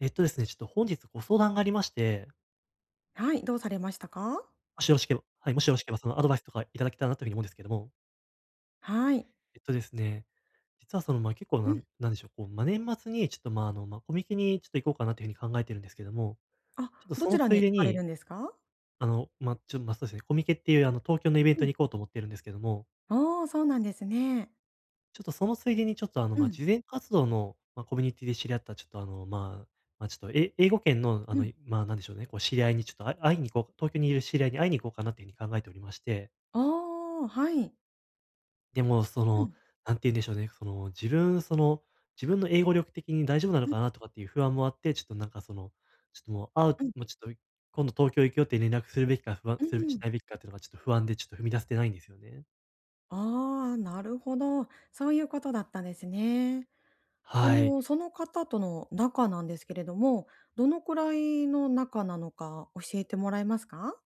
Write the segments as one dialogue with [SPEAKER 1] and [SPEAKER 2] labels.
[SPEAKER 1] えっとですね、ちょっと本日ご相談がありまして、
[SPEAKER 2] はい、どうされましたか？
[SPEAKER 1] もしよろしければはい、もしよろしければそのアドバイスとかいただけたらなというふうに思うんですけども。
[SPEAKER 2] はい。
[SPEAKER 1] えっとですね、実はその、まあ、結構
[SPEAKER 2] う
[SPEAKER 1] なん
[SPEAKER 2] ん。
[SPEAKER 1] なんでしょう、こう、まあ、年末にちょっと、まあ、まあ、コミケにちょっと行こうかなというふうに考えてるんですけども、
[SPEAKER 2] あ、
[SPEAKER 1] ちょっと
[SPEAKER 2] ど
[SPEAKER 1] そ
[SPEAKER 2] ち
[SPEAKER 1] の
[SPEAKER 2] ら
[SPEAKER 1] つい
[SPEAKER 2] に
[SPEAKER 1] で
[SPEAKER 2] 行かれる
[SPEAKER 1] に、
[SPEAKER 2] んですか？
[SPEAKER 1] まあ、ちょっと、まあ、そうですね、コミケっていうあの東京のイベン
[SPEAKER 2] う
[SPEAKER 1] ト
[SPEAKER 2] ん。
[SPEAKER 1] に行こうと思ってるんですけども、
[SPEAKER 2] ああ、そうなんですね。
[SPEAKER 1] ちょっとそのついでにちょっと
[SPEAKER 2] う
[SPEAKER 1] まあ、
[SPEAKER 2] ん、
[SPEAKER 1] 慈善活動の、まあ、コミュニティで知り合ったちょっとまあ、ちょっと英語圏の
[SPEAKER 2] うん。
[SPEAKER 1] まあ、なんでしょうね、こう知り合いにちょっとあ会いに行こう東京にいる知り合いに会いに行こうかなというふうに考えておりまして。
[SPEAKER 2] ああ、はい。
[SPEAKER 1] でも、そ
[SPEAKER 2] う
[SPEAKER 1] の、
[SPEAKER 2] ん、
[SPEAKER 1] なんて言うんでしょうね、その、自分の英語力的に大丈夫なの
[SPEAKER 2] う
[SPEAKER 1] か
[SPEAKER 2] ん
[SPEAKER 1] なとかっていう不安もあって、ちょっとなんかその、ちょっともう、
[SPEAKER 2] うん
[SPEAKER 1] もうちょっと今度東京行くよって連絡するべきか、
[SPEAKER 2] う
[SPEAKER 1] するし
[SPEAKER 2] ん。
[SPEAKER 1] ないべきかっていうのがちょっと不安で、ちょっと踏み出せてないんですよね。
[SPEAKER 2] ああ、なるほど。そういうことだったんですね。
[SPEAKER 1] はい。
[SPEAKER 2] その方との仲なんですけれども、どのくらいの仲なのか教えてもらえますか？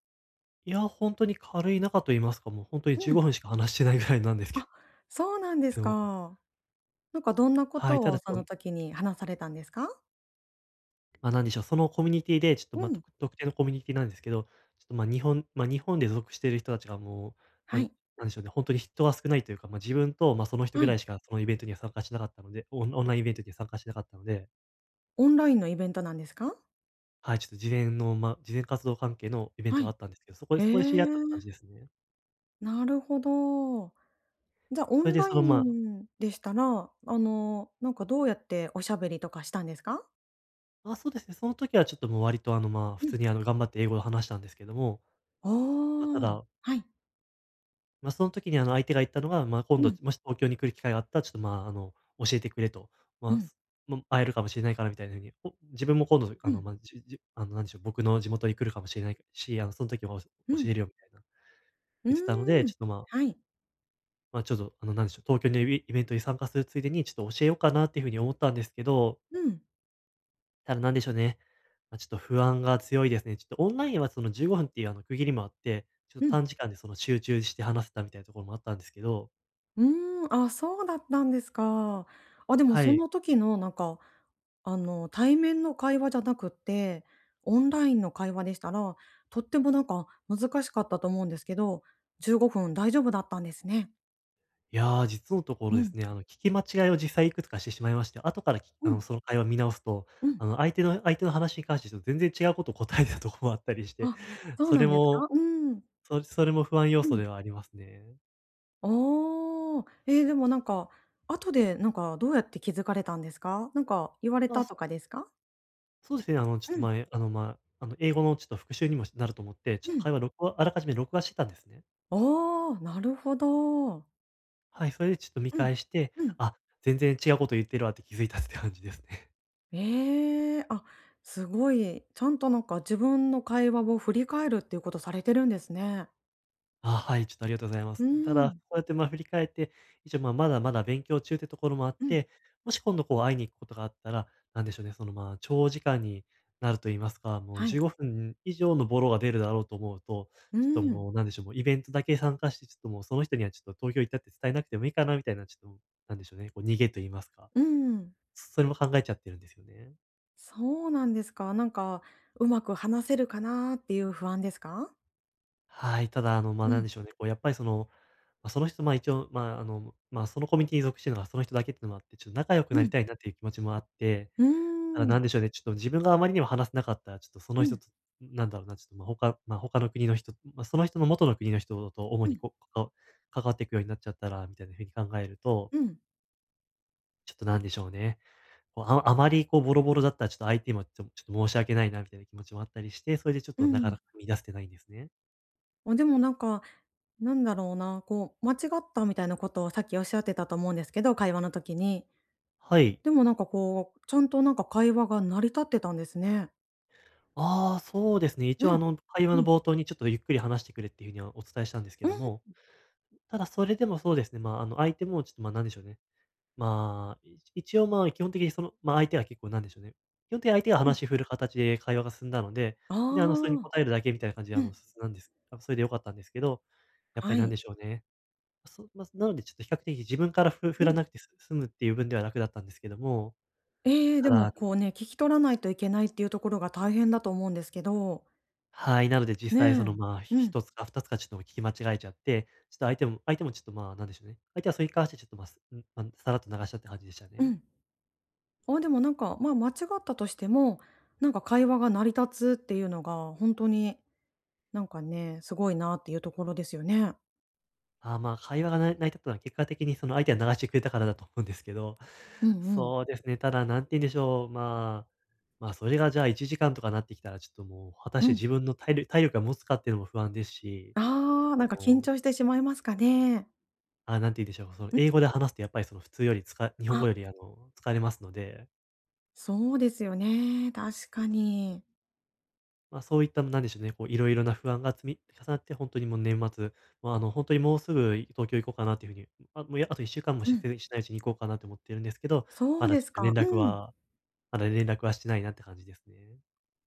[SPEAKER 1] いや、本当に軽い中と言いますか、もう本当に
[SPEAKER 2] う
[SPEAKER 1] 15
[SPEAKER 2] ん。
[SPEAKER 1] 分しか話してないぐらいなんですけ
[SPEAKER 2] あ、そうなんです
[SPEAKER 1] ど。
[SPEAKER 2] か。なんかどんなこ
[SPEAKER 1] はい、
[SPEAKER 2] と
[SPEAKER 1] た
[SPEAKER 2] を
[SPEAKER 1] だち
[SPEAKER 2] そ
[SPEAKER 1] ょっ
[SPEAKER 2] の
[SPEAKER 1] と
[SPEAKER 2] 時に話されたんですか？
[SPEAKER 1] まあ、なんでしょう、そのコミュニティで、ちょっと、
[SPEAKER 2] う
[SPEAKER 1] まあ、と
[SPEAKER 2] ん。
[SPEAKER 1] 特定のコミュニティなんですけど、ちょっと、まあ、日本で属している人たちがもう、な
[SPEAKER 2] は
[SPEAKER 1] ん
[SPEAKER 2] い。
[SPEAKER 1] なんでしょうね、本当に人が少ないというか、まあ、自分と、まあ、その人
[SPEAKER 2] は
[SPEAKER 1] ぐら
[SPEAKER 2] い。
[SPEAKER 1] いしかそのイベントには参加しなかったので、オンラインイベントには参加しなかったので、
[SPEAKER 2] オンラインのイベントなんですか？
[SPEAKER 1] はい、ちょっと事前の、まあ事前活動関係のイベン
[SPEAKER 2] は
[SPEAKER 1] ト
[SPEAKER 2] い。
[SPEAKER 1] があったんですけど、そこで
[SPEAKER 2] へ
[SPEAKER 1] そこで知り合ったって感じ
[SPEAKER 2] え、
[SPEAKER 1] ですね。
[SPEAKER 2] なるほど。じゃ、オ
[SPEAKER 1] それ
[SPEAKER 2] ン
[SPEAKER 1] で、
[SPEAKER 2] ラ
[SPEAKER 1] その、
[SPEAKER 2] イ
[SPEAKER 1] ま
[SPEAKER 2] ンでしたら、なんかどうやっておしゃべりとかしたんですか？
[SPEAKER 1] あ、そうですね、その時はちょっともう割と、まあ、普
[SPEAKER 2] う
[SPEAKER 1] 通
[SPEAKER 2] ん。
[SPEAKER 1] に、頑張って英語で話したんですけども、
[SPEAKER 2] あ
[SPEAKER 1] まあ、た
[SPEAKER 2] あ、
[SPEAKER 1] だ
[SPEAKER 2] はい。
[SPEAKER 1] まあ、その時にあの相手が言ったのが、まあ、今
[SPEAKER 2] う
[SPEAKER 1] 度
[SPEAKER 2] ん、
[SPEAKER 1] もし東京に来る機会があったら、ちょっとまあ、教えてくれと。
[SPEAKER 2] う
[SPEAKER 1] まあ、
[SPEAKER 2] ん、
[SPEAKER 1] 会えるかもしれないからみたいなふうに、自分も今度
[SPEAKER 2] う
[SPEAKER 1] あの、
[SPEAKER 2] ん、
[SPEAKER 1] まあ、あの、なんでしょう、僕の地元に来るかもしれないし、あの、その時はおし
[SPEAKER 2] う
[SPEAKER 1] 教
[SPEAKER 2] ん。
[SPEAKER 1] えるよみたいな
[SPEAKER 2] う
[SPEAKER 1] 言ってたので、
[SPEAKER 2] ーん。
[SPEAKER 1] ちょっとまあ、
[SPEAKER 2] はい。
[SPEAKER 1] まあ、ちょっとなんでしょう、東京のイベントに参加するついでに、ちょっと教えようかなっていう風に思ったんですけど、
[SPEAKER 2] うん、
[SPEAKER 1] ただなんでしょうね、まあ、ちょっと不安が強いですね。ちょっとオンラインはその15分っていうあの区切りもあって、ちょっ
[SPEAKER 2] う
[SPEAKER 1] と
[SPEAKER 2] ん。
[SPEAKER 1] 短時間でその集中して話せたみたいなところもあったんですけど。
[SPEAKER 2] うーん、あ、そうだったんですか。あ、でも
[SPEAKER 1] は
[SPEAKER 2] そ
[SPEAKER 1] い。
[SPEAKER 2] の時のなんか、対面の会話じゃなくって、オンラインの会話でしたら、とってもなんか難しかったと思うんですけど、15分大丈夫だったんですね。
[SPEAKER 1] いやー、実のとこ
[SPEAKER 2] う
[SPEAKER 1] ろで
[SPEAKER 2] ん、
[SPEAKER 1] すね、聞き間違いを実際いくつかしてしまいまして、後からき
[SPEAKER 2] う
[SPEAKER 1] あの、
[SPEAKER 2] ん、
[SPEAKER 1] その会話見直すと、
[SPEAKER 2] うん。
[SPEAKER 1] 相手の話に関してちょっと全然違うことを答えてたところもあったりして、
[SPEAKER 2] あ、そう
[SPEAKER 1] そ
[SPEAKER 2] な
[SPEAKER 1] れ
[SPEAKER 2] んですか？
[SPEAKER 1] も、
[SPEAKER 2] うん、
[SPEAKER 1] それも不安要
[SPEAKER 2] う
[SPEAKER 1] 素
[SPEAKER 2] ん。
[SPEAKER 1] ではありますね。
[SPEAKER 2] ああ、ええ、でもなんか、後でなんかどうやって気づかれたんですか？なんか言われ
[SPEAKER 1] まあ、
[SPEAKER 2] た
[SPEAKER 1] そ
[SPEAKER 2] とかですか？
[SPEAKER 1] そうですね、ちょっ
[SPEAKER 2] う
[SPEAKER 1] と
[SPEAKER 2] ん、
[SPEAKER 1] 前、英語のちょっと復習にもなると思って、ちょっ
[SPEAKER 2] う
[SPEAKER 1] と
[SPEAKER 2] ん。
[SPEAKER 1] 会話録画あらかじめ録画してたんですね。
[SPEAKER 2] ああ、なるほど。
[SPEAKER 1] はい、それでちょっと見
[SPEAKER 2] うん、
[SPEAKER 1] 返して、
[SPEAKER 2] うん。
[SPEAKER 1] あ、全然違うこと言ってるわって気づいたって感じですね。
[SPEAKER 2] ええ、あ、すごい、ちゃんとなんか自分の会話を振り返るっていうことされてるんですね。
[SPEAKER 1] あ、はい、ちょっとありがとうございま
[SPEAKER 2] うー
[SPEAKER 1] す。ただ、
[SPEAKER 2] ん、
[SPEAKER 1] そうやって、ま、振り返って、一応、ま、まだまだ勉強中ってところもあっ
[SPEAKER 2] うん、
[SPEAKER 1] て、もし今度、こう、会いに行くことがあったら、なんでしょうね、その、まあ、長時間になると言いますか、もう
[SPEAKER 2] はい、
[SPEAKER 1] 15分以上のボロが出るだろうと思うと、
[SPEAKER 2] う
[SPEAKER 1] ちょっと
[SPEAKER 2] ーん、
[SPEAKER 1] もう、なんでしょう、もうイベントだけ参加して、ちょっともうその人にはちょっと東京行ったって伝えなくてもいいかなみたいな、ちょっと、なんでしょうね、こう、逃げと言いますか、
[SPEAKER 2] うん、
[SPEAKER 1] それも考えちゃってるんですよね。
[SPEAKER 2] そうなんですか。なんか、うまく話せるかなっていう不安ですか？
[SPEAKER 1] はい、ただ、まあ、
[SPEAKER 2] う
[SPEAKER 1] なん
[SPEAKER 2] ん、
[SPEAKER 1] でしょうね、こうやっぱりその、まあ、その人、まあ、一応、まあ、まあ、そのコミュニティに属しているのがその人だけっていうのもあって、ちょっと仲良く
[SPEAKER 2] う
[SPEAKER 1] なり
[SPEAKER 2] ん、
[SPEAKER 1] たいなっていう気持ちもあって、
[SPEAKER 2] うー
[SPEAKER 1] ただ
[SPEAKER 2] ん、
[SPEAKER 1] なんでしょうね、ちょっと自分があまりにも話せなかったら、ちょっとそ
[SPEAKER 2] う
[SPEAKER 1] の人
[SPEAKER 2] ん、
[SPEAKER 1] と、なんだろうな、ちょっと、ま、あ他まあ、他の国の人、まあ、その人の元の国の人と主
[SPEAKER 2] う
[SPEAKER 1] に
[SPEAKER 2] ん、
[SPEAKER 1] こう、関わっていくようになっちゃったら、みたいな風に考えると、
[SPEAKER 2] うん、
[SPEAKER 1] ちょっとなんでしょうね、こう、あまりこうボロボロだったらちょっと相手もちょっと申し訳ないなみたいな気持ちもあったりして、それでちょっ
[SPEAKER 2] う
[SPEAKER 1] となか
[SPEAKER 2] ん。
[SPEAKER 1] なか見出せてないんですね。
[SPEAKER 2] あ、でもなんか、なんだろうな、こう、間違ったみたいなことをさっきおっしゃってたと思うんですけど、会話の時に。
[SPEAKER 1] はい。
[SPEAKER 2] でもなんかこう、ちゃんとなんか会話が成り立ってたんですね。
[SPEAKER 1] ああ、そうですね。一応
[SPEAKER 2] うん。
[SPEAKER 1] 会話
[SPEAKER 2] う
[SPEAKER 1] の
[SPEAKER 2] ん。
[SPEAKER 1] 冒頭にちょっとゆっくり話してくれっていうふうにはお伝えしたんですけ
[SPEAKER 2] うん
[SPEAKER 1] ども、ただそれでもそうですね、まあ、相手もちょっと、まあ、なんでしょうね。まあ、一応まあ、基本的にその、まあ、相手は結構なんでしょうね。基本的に相手が
[SPEAKER 2] うん。
[SPEAKER 1] 話振る形で会話が進んだので、
[SPEAKER 2] あ
[SPEAKER 1] それでそれに
[SPEAKER 2] あ。
[SPEAKER 1] 答えるだけみたいな感じで、
[SPEAKER 2] うん。
[SPEAKER 1] 進んだんです。あそれで良かったんですけど、やっぱり
[SPEAKER 2] は
[SPEAKER 1] なん
[SPEAKER 2] い。
[SPEAKER 1] でしょうね。まあ、なのでちょっと比較的自分からふ
[SPEAKER 2] う
[SPEAKER 1] 振ら
[SPEAKER 2] ん。
[SPEAKER 1] なくて済むっていう分では楽だったんですけども、
[SPEAKER 2] ええ、
[SPEAKER 1] た
[SPEAKER 2] でも
[SPEAKER 1] だ
[SPEAKER 2] こうね、聞き取らないといけないっていうところが大変だと思うんですけど、
[SPEAKER 1] はい、なので実
[SPEAKER 2] ね
[SPEAKER 1] 際その、
[SPEAKER 2] え。
[SPEAKER 1] まあ、ひ
[SPEAKER 2] う
[SPEAKER 1] ひ
[SPEAKER 2] ん
[SPEAKER 1] とつか二つかちょっと聞き間違えちゃって、ちょっと相手もちょっと、まあ、なんでしょうね、相手はそれに関してちょっと、まあ、すん、ま、さらっと流したって感じでした
[SPEAKER 2] う
[SPEAKER 1] ね。
[SPEAKER 2] ん。あ、でもなんか、間違ったとしても、なんか会話が成り立つっていうのがほんとになんかね、すごいなっていうところですよね。
[SPEAKER 1] ああ、まあ、会話が成り立ったのは結果的にその相手が流してくれたからだと思うんですけど、
[SPEAKER 2] うんうん。
[SPEAKER 1] そうですね、ただ何て言うんでしょう、まあ、まあ、それがじゃあ1時間とかなってきたらちょっともう果たし
[SPEAKER 2] う
[SPEAKER 1] て
[SPEAKER 2] ん。
[SPEAKER 1] 自分の体力が持つかっていうのも不安ですし、
[SPEAKER 2] ああ、
[SPEAKER 1] あ
[SPEAKER 2] なんか緊
[SPEAKER 1] の、
[SPEAKER 2] 張してしまいますかね。
[SPEAKER 1] ああ、何て言うんでしょう、その
[SPEAKER 2] うん。
[SPEAKER 1] 英語で話すとやっぱりその普通よりつか日本
[SPEAKER 2] あ、
[SPEAKER 1] 語より疲れますので、
[SPEAKER 2] そうですよね、確かに。
[SPEAKER 1] まあ、そういったなんでしょうね、こういろいろな不安が積み重なって、本当にもう年末、まあ、本当にもうすぐ東京行こうかなっていうふうに、あ、もう、や、あと1週間も
[SPEAKER 2] う
[SPEAKER 1] し
[SPEAKER 2] ん、
[SPEAKER 1] せしないうちに行こうかなと思ってるんですけど、
[SPEAKER 2] そう
[SPEAKER 1] まだ
[SPEAKER 2] で
[SPEAKER 1] ちょ
[SPEAKER 2] す
[SPEAKER 1] っと
[SPEAKER 2] か。
[SPEAKER 1] 連絡
[SPEAKER 2] うん。
[SPEAKER 1] はまだ連絡はしてないなって感じですね。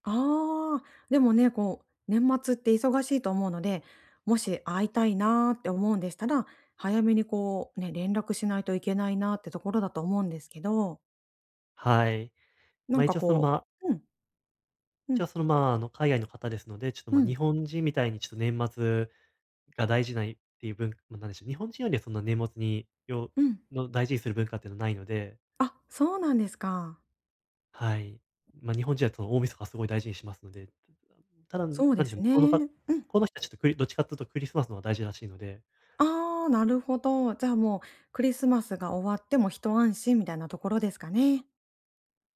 [SPEAKER 2] ああ、でもね、こう、年末って忙しいと思うので、もし会いたいなーって思うんでしたら、早めにこう、ね、連絡しないといけないなーってところだと思うんですけど、
[SPEAKER 1] はい。
[SPEAKER 2] なん
[SPEAKER 1] ま、
[SPEAKER 2] か
[SPEAKER 1] 一応その、
[SPEAKER 2] こ
[SPEAKER 1] まあ
[SPEAKER 2] ううん、う
[SPEAKER 1] 一応
[SPEAKER 2] ん、
[SPEAKER 1] その、まあ、あの、海外の方ですので、ちょっと、
[SPEAKER 2] う
[SPEAKER 1] ま、
[SPEAKER 2] ん、
[SPEAKER 1] 日本人みたいにちょっと年末が大事ないっていう文まあ、なんでしょう、日本人よりはそんな年末によ
[SPEAKER 2] うん。
[SPEAKER 1] の大事にする文化っていうのはないので、
[SPEAKER 2] あ、そうなんですか。
[SPEAKER 1] はい。まあ、日本人はその大晦日はすごい大事にしますので、ただ、なん
[SPEAKER 2] そうで
[SPEAKER 1] でしょ
[SPEAKER 2] す
[SPEAKER 1] うね、
[SPEAKER 2] ね。
[SPEAKER 1] 向こうのか
[SPEAKER 2] うん。
[SPEAKER 1] この人はちょっとどっちかっていうとクリスマスの方が大事らしいので、
[SPEAKER 2] ああ、なるほど。じゃあもう、クリスマスが終わっても一安心みたいなところですかね。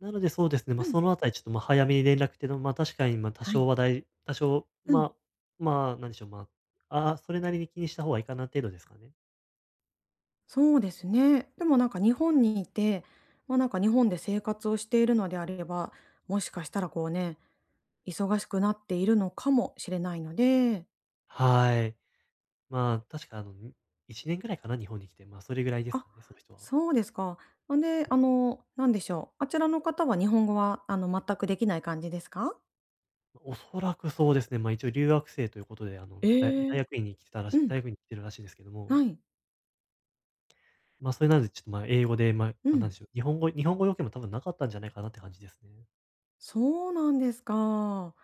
[SPEAKER 1] なのでそうですね、ま
[SPEAKER 2] う
[SPEAKER 1] あ、
[SPEAKER 2] ん、
[SPEAKER 1] そのあたりちょっと、ま、早めに連絡っていうのも、ま、確かに、ま、多
[SPEAKER 2] はい。
[SPEAKER 1] 少はだい多少、
[SPEAKER 2] う
[SPEAKER 1] ま
[SPEAKER 2] ん。
[SPEAKER 1] あ、まあ、なんでしょう、ああ、それなりに気にした方がいいかな程度ですかね。
[SPEAKER 2] そうですね。でもなんか日本にいて、なんか日本で生活をしているのであれば、もしかしたらこうね、忙しくなっているのかもしれないので、
[SPEAKER 1] はい。まあ、確かあの、にいちねん1年ぐらいかな、日本に来て、まあ、それぐらいです
[SPEAKER 2] あ、
[SPEAKER 1] かね、その人は。
[SPEAKER 2] そうですか。なんで、なんでしょう。あちらの方は日本語は全くできない感じですか？
[SPEAKER 1] まあおそらくそうですね、まあ、一応留学生ということで、あの、
[SPEAKER 2] ええ。うん、
[SPEAKER 1] 大学院に来てるらしいですけども。
[SPEAKER 2] はい、
[SPEAKER 1] まあ、それなので、ちょっと、まあ、英語で、まあ、
[SPEAKER 2] う
[SPEAKER 1] ま、な
[SPEAKER 2] ん、
[SPEAKER 1] んでしょう、日本語要件も多分なかったんじゃないかなって感じですね。
[SPEAKER 2] そうなんですか。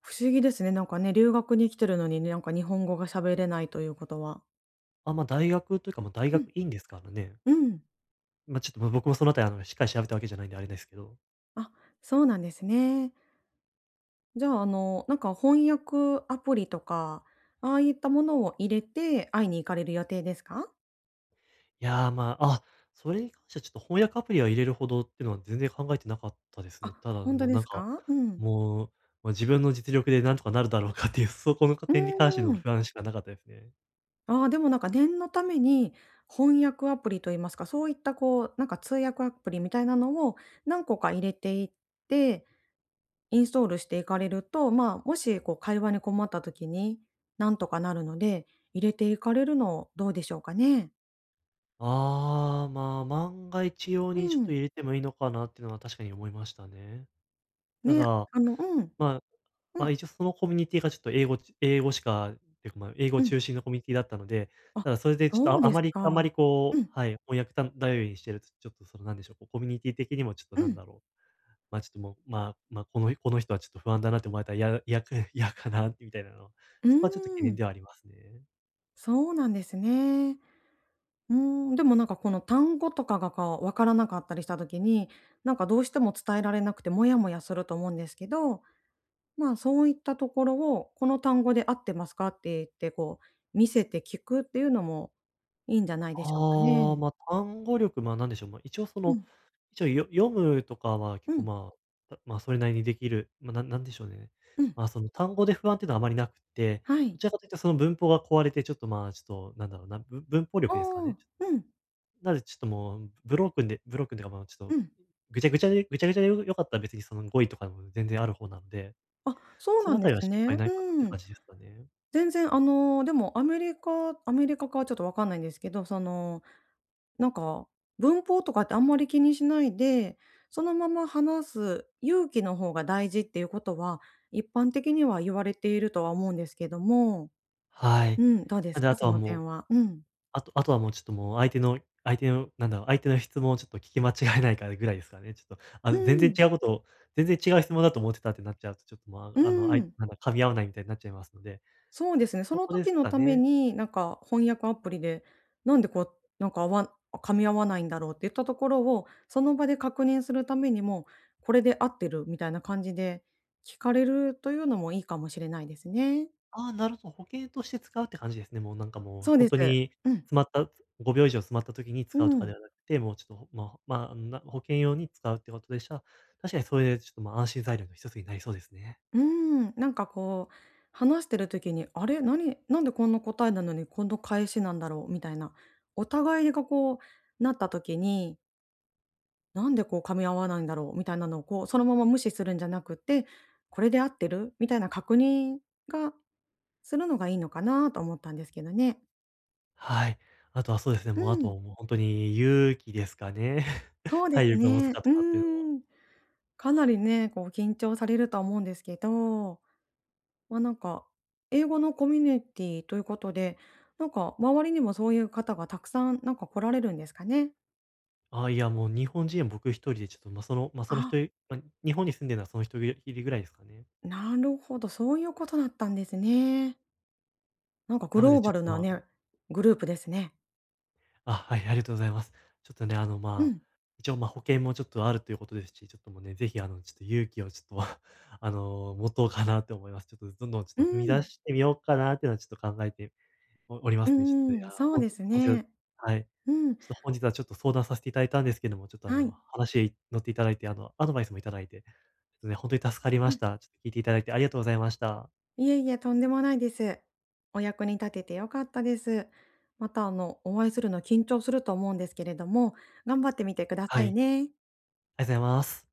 [SPEAKER 2] 不思議ですね。なんかね、留学に来てるのにね、なんか日本語が喋れないということは。
[SPEAKER 1] あ、まあ、大学というか、まあ、大
[SPEAKER 2] うん、
[SPEAKER 1] 学院ですからね。
[SPEAKER 2] うん。
[SPEAKER 1] まあ、ちょっと、ま、僕もそのあたり、あの、しっかり調べたわけじゃないんであれですけど。
[SPEAKER 2] あ、そうなんですね。じゃあ、なんか翻訳アプリとか、ああいったものを入れて会いに行かれる予定ですか？
[SPEAKER 1] いやー、まあ、あ、それに関してはちょっと翻訳アプリは入れるほどっていうのは全然考えてなかったです
[SPEAKER 2] あ、
[SPEAKER 1] ね。ただ、
[SPEAKER 2] ほんと
[SPEAKER 1] もう、
[SPEAKER 2] で
[SPEAKER 1] なん
[SPEAKER 2] す
[SPEAKER 1] か、
[SPEAKER 2] か？うん。
[SPEAKER 1] もう、ま、自分の実力でなんとかなるだろうかっていう、その
[SPEAKER 2] う
[SPEAKER 1] 点に関して
[SPEAKER 2] ー
[SPEAKER 1] の
[SPEAKER 2] ん。
[SPEAKER 1] 不安しかなかったですね。
[SPEAKER 2] ああ、でもなんか念のために、翻訳アプリと言いますか、そういったこう、なんか通訳アプリみたいなのを何個か入れていって、インストールしていかれると、もしこう会話に困った時に、なんとかなるので、入れていかれるのどうでしょうかね？
[SPEAKER 1] ああ、ま、あ万が一用
[SPEAKER 2] う
[SPEAKER 1] にちょっと
[SPEAKER 2] ん。
[SPEAKER 1] 入れてもいいのかなっていうのは確かに思いましたね。ただ、
[SPEAKER 2] ね、うん。
[SPEAKER 1] まあ、
[SPEAKER 2] う
[SPEAKER 1] ま
[SPEAKER 2] ん、
[SPEAKER 1] あ、一応そのコミュニティがちょっと英語しかっていうか、まあ、英語
[SPEAKER 2] うん。
[SPEAKER 1] 中心のコミュニティだったので、
[SPEAKER 2] あ、
[SPEAKER 1] ただそれでちょっと、
[SPEAKER 2] そう
[SPEAKER 1] ああ
[SPEAKER 2] で
[SPEAKER 1] ま
[SPEAKER 2] す
[SPEAKER 1] り
[SPEAKER 2] か。
[SPEAKER 1] あまり
[SPEAKER 2] う
[SPEAKER 1] こう
[SPEAKER 2] ん、
[SPEAKER 1] はい、翻訳頼りにしてると、ちょっとそのなんでしょう、こうコミュニティ的にもちょっと
[SPEAKER 2] う
[SPEAKER 1] なん
[SPEAKER 2] ん、
[SPEAKER 1] だろう、ま、ちょっともう、まあ、まあ、この人はちょっと不安だなって思われたら、嫌かなみたいなの、
[SPEAKER 2] う
[SPEAKER 1] そこはちょっと懸
[SPEAKER 2] ー
[SPEAKER 1] 念
[SPEAKER 2] ん、
[SPEAKER 1] ではありますね。
[SPEAKER 2] そうなんですね。うーん、でもなんかこの単語とかがかわからなかったりした時に、なんかどうしても伝えられなくてモヤモヤすると思うんですけど、そういったところを「この単語で合ってますか？」って言って、こう見せて聞くっていうのもいいんじゃないでしょうか
[SPEAKER 1] ああ、
[SPEAKER 2] ね。
[SPEAKER 1] まあ、単語力、まあ、なんでしょう、まあ、一応そ
[SPEAKER 2] う
[SPEAKER 1] の、
[SPEAKER 2] ん、
[SPEAKER 1] 一応読むとかは
[SPEAKER 2] う
[SPEAKER 1] 結構、
[SPEAKER 2] ん、
[SPEAKER 1] まあ、それなりにできる、まあ、なんでしょうね。
[SPEAKER 2] うん、
[SPEAKER 1] まあ、その単語で不安っていうのはあまりなくて、
[SPEAKER 2] は
[SPEAKER 1] ど
[SPEAKER 2] い。
[SPEAKER 1] ちらかというとその文法が壊れて、ちょっと、まあ、ちょっとなんだろうな、文法
[SPEAKER 2] あ
[SPEAKER 1] 力ですかね。
[SPEAKER 2] あ、うん、
[SPEAKER 1] なのでちょっともう、ブロークンでブロークンっいうか、まあ、ちょっ
[SPEAKER 2] う
[SPEAKER 1] と
[SPEAKER 2] ん。
[SPEAKER 1] ぐちゃぐちゃで良かったら別にその語彙とかでも全然ある方なので、
[SPEAKER 2] あ、そう
[SPEAKER 1] そ
[SPEAKER 2] な
[SPEAKER 1] のあ
[SPEAKER 2] んで
[SPEAKER 1] たりは
[SPEAKER 2] す
[SPEAKER 1] 心配
[SPEAKER 2] ね。
[SPEAKER 1] ないかなっ
[SPEAKER 2] う
[SPEAKER 1] て
[SPEAKER 2] ん。
[SPEAKER 1] 感じですかね。
[SPEAKER 2] 全然、でもアメリカかはちょっとわかんないんですけど、なんか、文法とかってあんまり気にしないで、そのまま話す勇気の方が大事っていうことは、一般的には言われているとは思うんですけども、
[SPEAKER 1] はい。
[SPEAKER 2] うん、どうで
[SPEAKER 1] なん
[SPEAKER 2] す
[SPEAKER 1] であ
[SPEAKER 2] か？そ
[SPEAKER 1] とは
[SPEAKER 2] の
[SPEAKER 1] もう
[SPEAKER 2] 点は。うん。
[SPEAKER 1] ちょっともう相手の相手の、なんだろう、相手の質問をちょっと聞き間違えないかぐらいですかね。ちょっと、
[SPEAKER 2] う
[SPEAKER 1] 全然
[SPEAKER 2] ん、
[SPEAKER 1] 違うことを全然違う質問だと思ってたってなっちゃうと、ちょっと、ま
[SPEAKER 2] う
[SPEAKER 1] あ、あの、相
[SPEAKER 2] ん。
[SPEAKER 1] なんだ、噛み合わないみたいになっちゃいますので、
[SPEAKER 2] そうで
[SPEAKER 1] そ
[SPEAKER 2] すね、そ
[SPEAKER 1] そ
[SPEAKER 2] の
[SPEAKER 1] こで
[SPEAKER 2] 時
[SPEAKER 1] す
[SPEAKER 2] の
[SPEAKER 1] か
[SPEAKER 2] ため
[SPEAKER 1] ね。
[SPEAKER 2] に、なんか翻訳アプリで、なんでこう、なんか、合わん噛み合わないんだろうって言ったところを、その場で確認するためにも、これで合ってるみたいな感じで聞かれるというのもいいかもしれないですね。
[SPEAKER 1] ああ、なるほど、保険として使うって感じですね。もう
[SPEAKER 2] そうで
[SPEAKER 1] 本
[SPEAKER 2] す。
[SPEAKER 1] 当に
[SPEAKER 2] うん。
[SPEAKER 1] 詰まった5秒以上詰まった時に
[SPEAKER 2] う
[SPEAKER 1] 使うとかで
[SPEAKER 2] ん。
[SPEAKER 1] はなくて、もうちょっと、まあ、まあ、あのな保険用に使うってことでしたら、確かにそれでちょっと、ま、安心材料の一つになりそうですね。
[SPEAKER 2] うん、なんかこう、話してる時に、あれ、何なんでこんな答えなのに、この返しなんだろうみたいな、お互いがこう、なった時になんでこう噛み合わないんだろうみたいなのをこう、そのまま無視するんじゃなくて、これで合ってるみたいな確認がするのがいいのかなと思ったんですけどね。
[SPEAKER 1] はい。あとはそうですね、
[SPEAKER 2] うん、
[SPEAKER 1] もう本当に勇気ですかね。
[SPEAKER 2] そうです
[SPEAKER 1] 体力が持つ
[SPEAKER 2] ね。
[SPEAKER 1] かと
[SPEAKER 2] う
[SPEAKER 1] かっていうのは。
[SPEAKER 2] ーん。かなりね、こう緊張されるとは思うんですけど、なんか、英語のコミュニティということで、なんか周りにもそういう方がたくさんなんか来られるんですかね？
[SPEAKER 1] ああ、いや、もう日本人は僕一人でちょっと、ま、そのま、その
[SPEAKER 2] あ、
[SPEAKER 1] 一人ま、日本に住んでるのはその一人ぐらいですかね。
[SPEAKER 2] なるほど、そういうことだったんですね。なんかグ
[SPEAKER 1] なの
[SPEAKER 2] ロー
[SPEAKER 1] でち
[SPEAKER 2] バ
[SPEAKER 1] ょっ
[SPEAKER 2] ル
[SPEAKER 1] と、
[SPEAKER 2] な
[SPEAKER 1] まあ、
[SPEAKER 2] ね、グループですね。
[SPEAKER 1] あ、はい、ありがとうございます。ちょっとね、あの、
[SPEAKER 2] う
[SPEAKER 1] まあ、
[SPEAKER 2] ん。
[SPEAKER 1] 一応、ま、保険もちょっとあるということですし、ちょっともうね、ぜひ、あの、ちょっと勇気をちょっと、あの、持とうかなって思います。ちょっとどんどんち
[SPEAKER 2] う
[SPEAKER 1] ょっと踏み
[SPEAKER 2] ー
[SPEAKER 1] 出
[SPEAKER 2] ん、
[SPEAKER 1] してみようかなっていうのはちょっと考えておりま
[SPEAKER 2] う
[SPEAKER 1] すね。ちょっと、い
[SPEAKER 2] んう
[SPEAKER 1] や、
[SPEAKER 2] ん、そう
[SPEAKER 1] ほん
[SPEAKER 2] で
[SPEAKER 1] と
[SPEAKER 2] す
[SPEAKER 1] 本日は
[SPEAKER 2] ね。
[SPEAKER 1] はい。
[SPEAKER 2] うん、
[SPEAKER 1] ちょっと本日はちょっと相談させていただいたんですけども、ちょっとあ
[SPEAKER 2] は
[SPEAKER 1] の、
[SPEAKER 2] い。
[SPEAKER 1] 話乗っていただいて、あの、アドバイスもいただいて、ちょっとね、ほんとに助かり
[SPEAKER 2] う
[SPEAKER 1] まし
[SPEAKER 2] ん、
[SPEAKER 1] た。ちょっと聞いていただいてありがとうございました。
[SPEAKER 2] いえいえ、とんでもないです。お役に立てて良かったです。また、お会いするの緊張すると思うんですけれども、頑張ってみてくださ
[SPEAKER 1] は
[SPEAKER 2] い
[SPEAKER 1] い、
[SPEAKER 2] ね。
[SPEAKER 1] ありがとうございます。